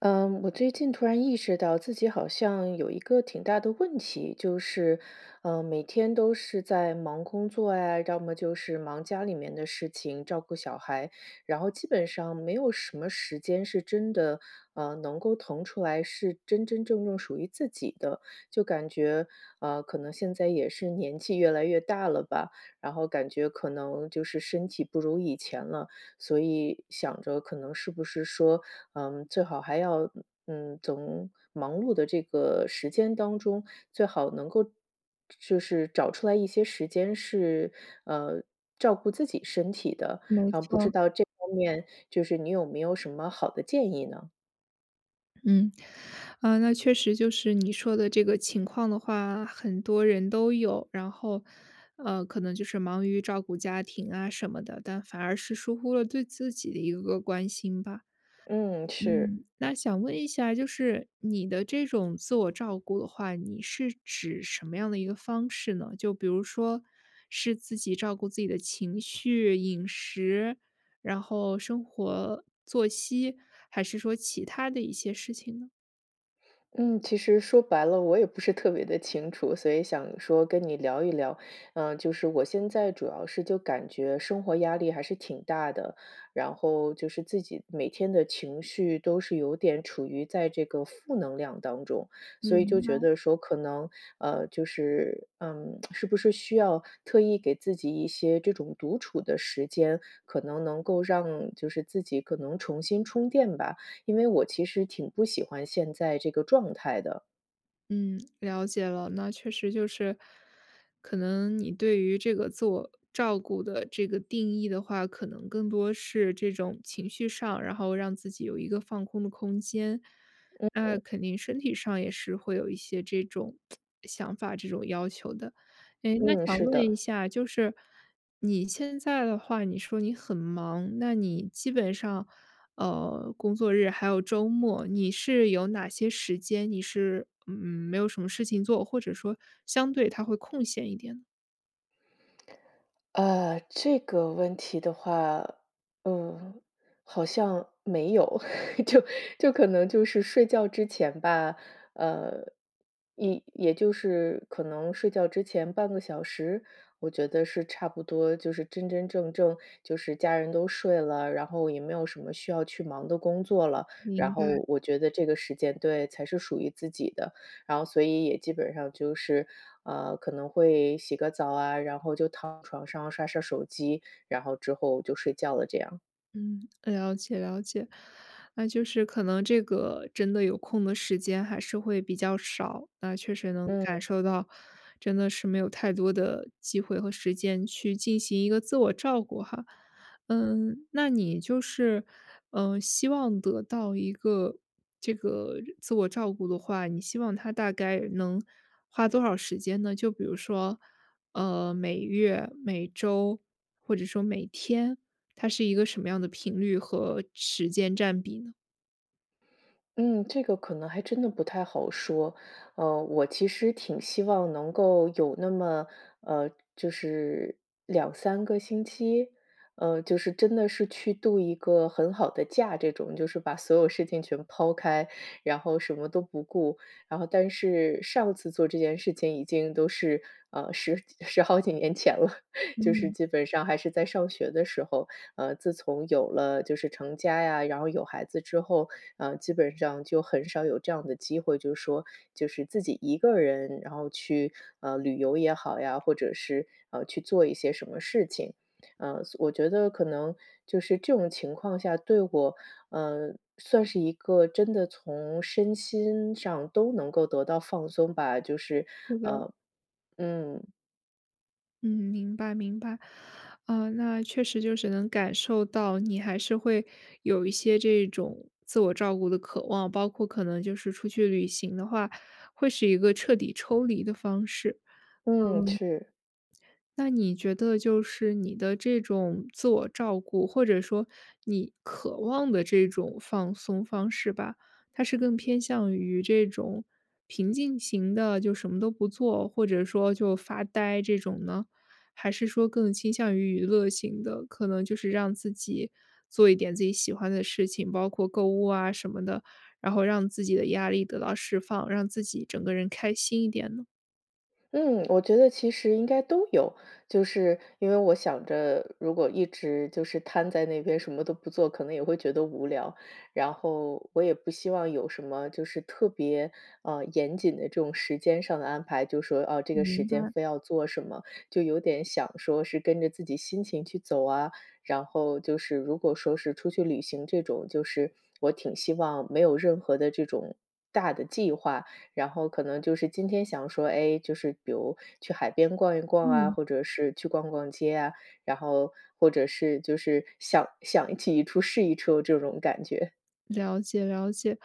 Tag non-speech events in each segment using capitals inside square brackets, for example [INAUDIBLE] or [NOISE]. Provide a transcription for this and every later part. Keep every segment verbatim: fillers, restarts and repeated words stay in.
嗯，我最近突然意识到自己好像有一个挺大的问题，就是，嗯，每天都是在忙工作呀，要么就是忙家里面的事情，照顾小孩，然后基本上没有什么时间是真的，呃，能够腾出来是真真正正属于自己的。就感觉，呃，可能现在也是年纪越来越大了吧，然后感觉可能就是身体不如以前了，所以想着可能是不是说。嗯，最好还要嗯，从忙碌的这个时间当中，最好能够就是找出来一些时间是，呃，照顾自己身体的，没然后不错，知道这方面就是你有没有什么好的建议呢？嗯，啊，那确实就是你说的这个情况的话，很多人都有，然后，呃，可能就是忙于照顾家庭啊什么的，但反而是疏忽了对自己的一个关心吧。嗯，是。嗯，那想问一下，就是你的这种自我照顾的话，你是指什么样的一个方式呢？就比如说，是自己照顾自己的情绪、饮食，然后生活作息，还是说其他的一些事情呢？嗯，其实说白了，我也不是特别的清楚，所以想说跟你聊一聊。嗯，就是我现在主要是就感觉生活压力还是挺大的，然后就是自己每天的情绪都是有点处于在这个负能量当中，所以就觉嗯。得说可能，呃，就是，嗯，是不是需要特意给自己一些这种独处的时间，可能能够让就是自己可能重新充电吧。因为我其实挺不喜欢现在这个状态的。嗯，了解了。那确实就是，可能你对于这个自我照顾的这个定义的话，可能更多是这种情绪上，然后让自己有一个放空的空间。那对肯定身体上也是会有一些这种想法、这种要求的。诶，那嗯，想是问的。一下，就是你现在的话，你说你很忙，那你基本上，呃，工作日还有周末，你是有哪些时间你是嗯，没有什么事情做，或者说相对它会空闲一点呢？啊，这个问题的话，嗯，好像没有，[LAUGHS] 就就可能就是睡觉之前吧，呃，一也就是可能睡觉之前半个小时，我觉得是差不多，就是真真正正就是家人都睡了，然后也没有什么需要去忙的工作了，你然应后我觉得这个时间对才是属于自己的。然后所以也基本上就是，呃，可能会洗个澡啊，然后就躺床上刷刷手机，然后之后就睡觉了这样。嗯，了解了解，那就是可能这个真的有空的时间还是会比较少，那确实能感嗯。受到，真的是没有太多的机会和时间去进行一个自我照顾哈。嗯，那你就是，嗯希望得到一个这个自我照顾的话，你希望他大概能花多少时间呢？就比如说，呃，每月、每周，或者说每天。它是一个什么样的频率和时间占比呢？嗯，这个可能还真的不太好说。呃，我其实挺希望能够有那么，呃，就是两三个星期，呃，就是真的是去度一个很好的假这种，就是把所有事情全抛开，然后什么都不顾。然后但是上次做这件事情已经都是，呃十 [LAUGHS] 十好几年前了，[LAUGHS] 就是嗯。基本上还是在上学的时候。呃，自从有了就是成家呀，然后有孩子之后，呃，基本上就很少有这样的机会，就是说，就是自己一个人，然后去呃旅游也好呀，或者是呃去做一些什么事情，呃，我觉得可能就是这种情况下，对我，呃，算是一个真的从身心上都能够得到放松吧，就是，对的，呃，嗯嗯，明白明白。啊，那确实就是能感受到你还是会有一些这种自我照顾的渴望，包括可能就是出去旅行的话，会是一个彻底抽离的方式。嗯，嗯。是。那你觉得就是你的这种自我照顾，或者说你渴望的这种放松方式吧，它是更偏向于这种平静型的，就什么都不做，或者说就发呆这种呢？还是说更倾向于娱乐型的，可能就是让自己做一点自己喜欢的事情，包括购物啊什么的，然后让自己的压力得到释放，让自己整个人开心一点呢？嗯，我觉得其实应该都有，就是因为我想着，如果一直就是瘫在那边什么都不做，可能也会觉得无聊。然后我也不希望有什么就是特别呃严谨的这种时间上的安排，就说哦、这个时明间白非要做什么，就有点想说是跟着自己心情去走啊。然后就是如果说是出去旅行这种，就是我挺希望没有任何的这种大的计划。然后可能就是今天想说，哎，就是比如去海边逛一逛啊，嗯。或者是去逛逛街啊，然后或者是就是想想起一出是一出这种感觉。了解了解，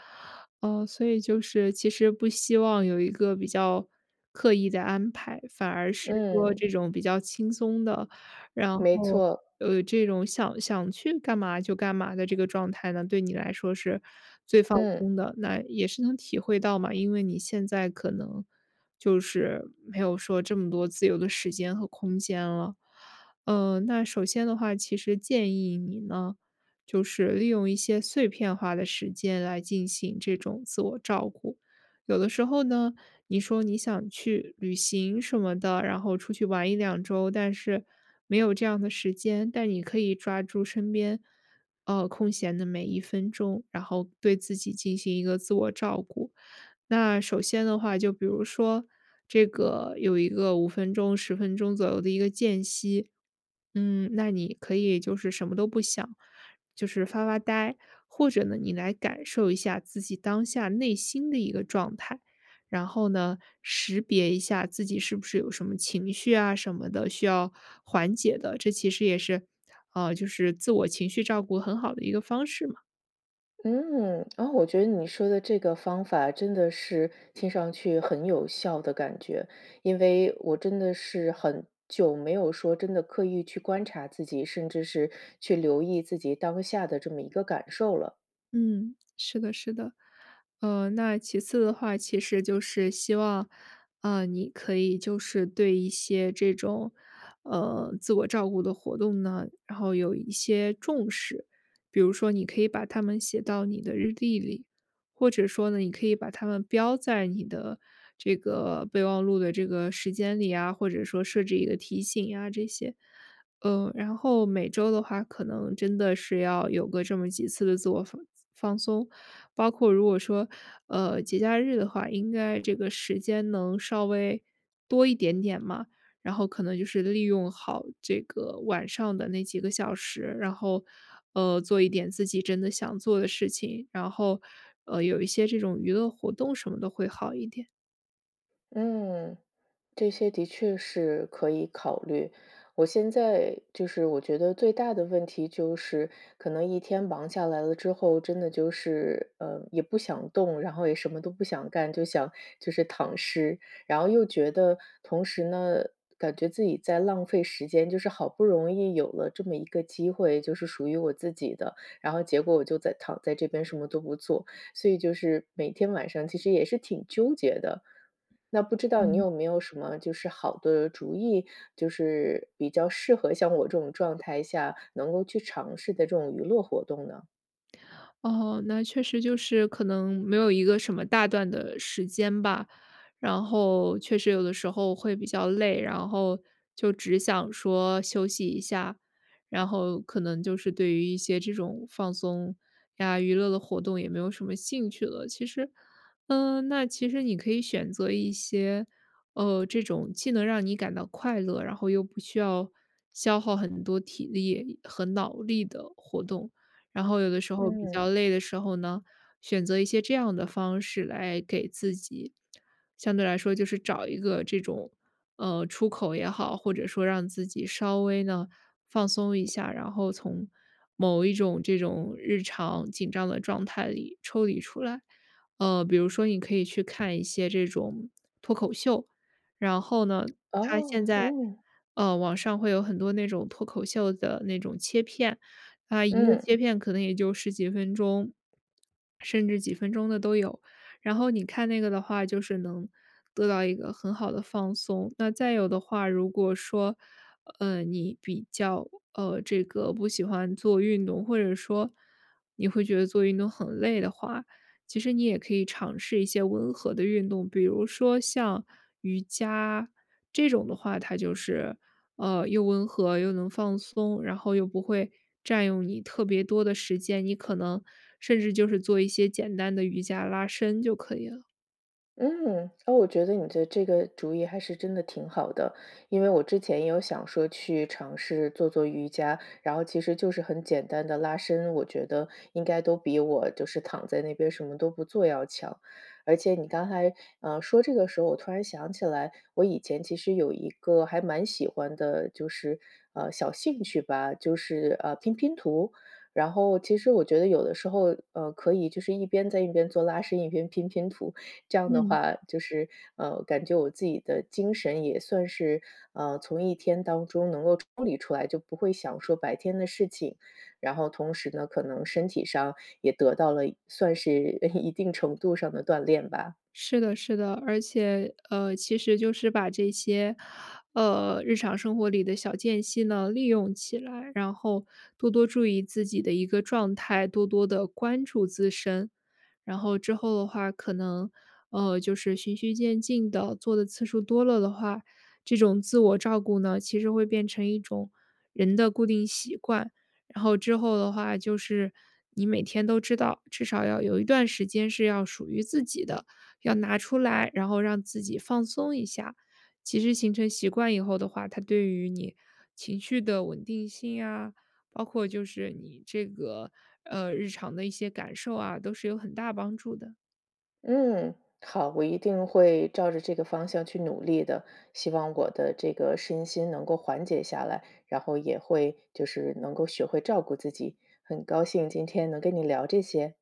哦，所以就是其实不希望有一个比较刻意的安排，反而是说嗯，这种比较轻松的，然没后错，呃，这种想想去干嘛就干嘛的这个状态呢，对你来说是最放嗯松的。那也是能体会到嘛，因为你现在可能就是没有说这么多自由的时间和空间了。嗯，那首先的话，其实建议你呢。就是利用一些碎片化的时间来进行这种自我照顾。有的时候呢，你说你想去旅行什么的，然后出去玩一两周，但是没有这样的时间，但你可以抓住身边，呃，空闲的每一分钟，然后对自己进行一个自我照顾。那首先的话，就比如说这个有一个五分钟、十分钟左右的一个间隙，嗯，那你可以就是什么都不想，就是发发呆，或者呢，你来感受一下自己当下内心的一个状态，然后呢，识别一下自己是不是有什么情绪啊什么的需要缓解的，这其实也是，呃，就是自我情绪照顾很好的一个方式嘛。嗯，然后我觉得你说的这个方法真的是听上去很有效的感觉，因为我真的是很久没有说真的刻意去观察自己，甚至是去留意自己当下的这么一个感受了。嗯，是的，是的。呃，那其次的话，其实就是希望，啊，你可以就是对一些这种，呃，自我照顾的活动呢，然后有一些重视。比如说，你可以把它们写到你的日历里，或者说呢，你可以把它们标在你的这个备忘录的这个时间里啊，或者说设置一个提醒呀，这些。呃，然后每周的话，可能真的是要有个这么几次的自我放放松，包括如果说，呃，节假日的话，应该这个时间能稍微多一点点嘛。然后可能就是利用好这个晚上的那几个小时，然后，呃，做一点自己真的想做的事情，然后，呃，有一些这种娱乐活动什么的会好一点。嗯。这些的确是可以考虑。我现在就是我觉得最大的问题就是，可能一天忙下来了之后，真的就是，呃，也不想动，然后也什么都不想干，就想就是躺尸。然后又觉得同时呢，感觉自己在浪费时间，就是好不容易有了这么一个机会，就是属于我自己的，然后结果我就在躺在这边什么都不做，所以就是每天晚上其实也是挺纠结的。那不知道你有没有什么就是好的主意，就是比较适合像我这种状态下能够去尝试的这种娱乐活动呢？哦，那确实就是可能没有一个什么大段的时间吧，然后确实有的时候会比较累，然后就只想说休息一下，然后可能就是对于一些这种放松呀、娱乐的活动也没有什么兴趣了。其实，嗯、那其实你可以选择一些，呃，这种既能让你感到快乐，然后又不需要消耗很多体力和脑力的活动。然后有的时候比嗯。较累的时候呢，选择一些这样的方式来给自己，相对来说就是找一个这种呃出口也好，或者说让自己稍微呢放松一下，然后从某一种这种日常紧张的状态里抽离出来。呃，比如说你可以去看一些这种脱口秀，然后呢，它现哦，在嗯，呃网上会有很多那种脱口秀的那种切片，啊，一个嗯。切片可能也就十几分钟，甚至几分钟的都有。然后你看那个的话，就是能得到一个很好的放松。那再有的话，如果说，呃，你比较，呃，这个不喜欢做运动，或者说你会觉得做运动很累的话，其实你也可以尝试一些温和的运动，比如说像瑜伽，这种的话它就是呃，又温和又能放松，然后又不会占用你特别多的时间，你可能甚至就是做一些简单的瑜伽拉伸就可以了。嗯，哦，我觉得你的这个主意还是真的挺好的，因为我之前也有想说去尝试做做瑜伽，然后其实就是很简单的拉伸，我觉得应该都比我就是躺在那边什么都不做要强。而且你刚才呃说这个时候，我突然想起来，我以前其实有一个还蛮喜欢的，就是呃小兴趣吧，就是呃拼拼图。然后其实我觉得有的时候，呃，可以就是一边在一边做拉伸，一边拼拼图，这样的嗯。话，就是呃，感觉我自己的精神也算是呃，从一天当中能够抽离出来，就不会想说白天的事情。然后同时呢，可能身体上也得到了算是 [LAUGHS] 一定程度上的锻炼吧。是的，是的，而且，呃，其实就是把这些，呃，日常生活里的小间隙呢，利用起来，然后多多注意自己的一个状态，多多的关注自身。然后之后的话，可能，呃，就是循序渐进的做的次数多了的话，这种自我照顾呢，其实会变成一种人的固定习惯。然后之后的话，就是你每天都知道，至少要有一段时间是要属于自己的。要拿出来，然后让自己放松一下。其实形成习惯以后的话，它对于你情绪的稳定性啊，包括就是你这个呃日常的一些感受啊，都是有很大帮助的。嗯，好，我一定会照着这个方向去努力的。希望我的这个身心能够缓解下来，然后也会就是能够学会照顾自己。很高兴今天能跟你聊这些。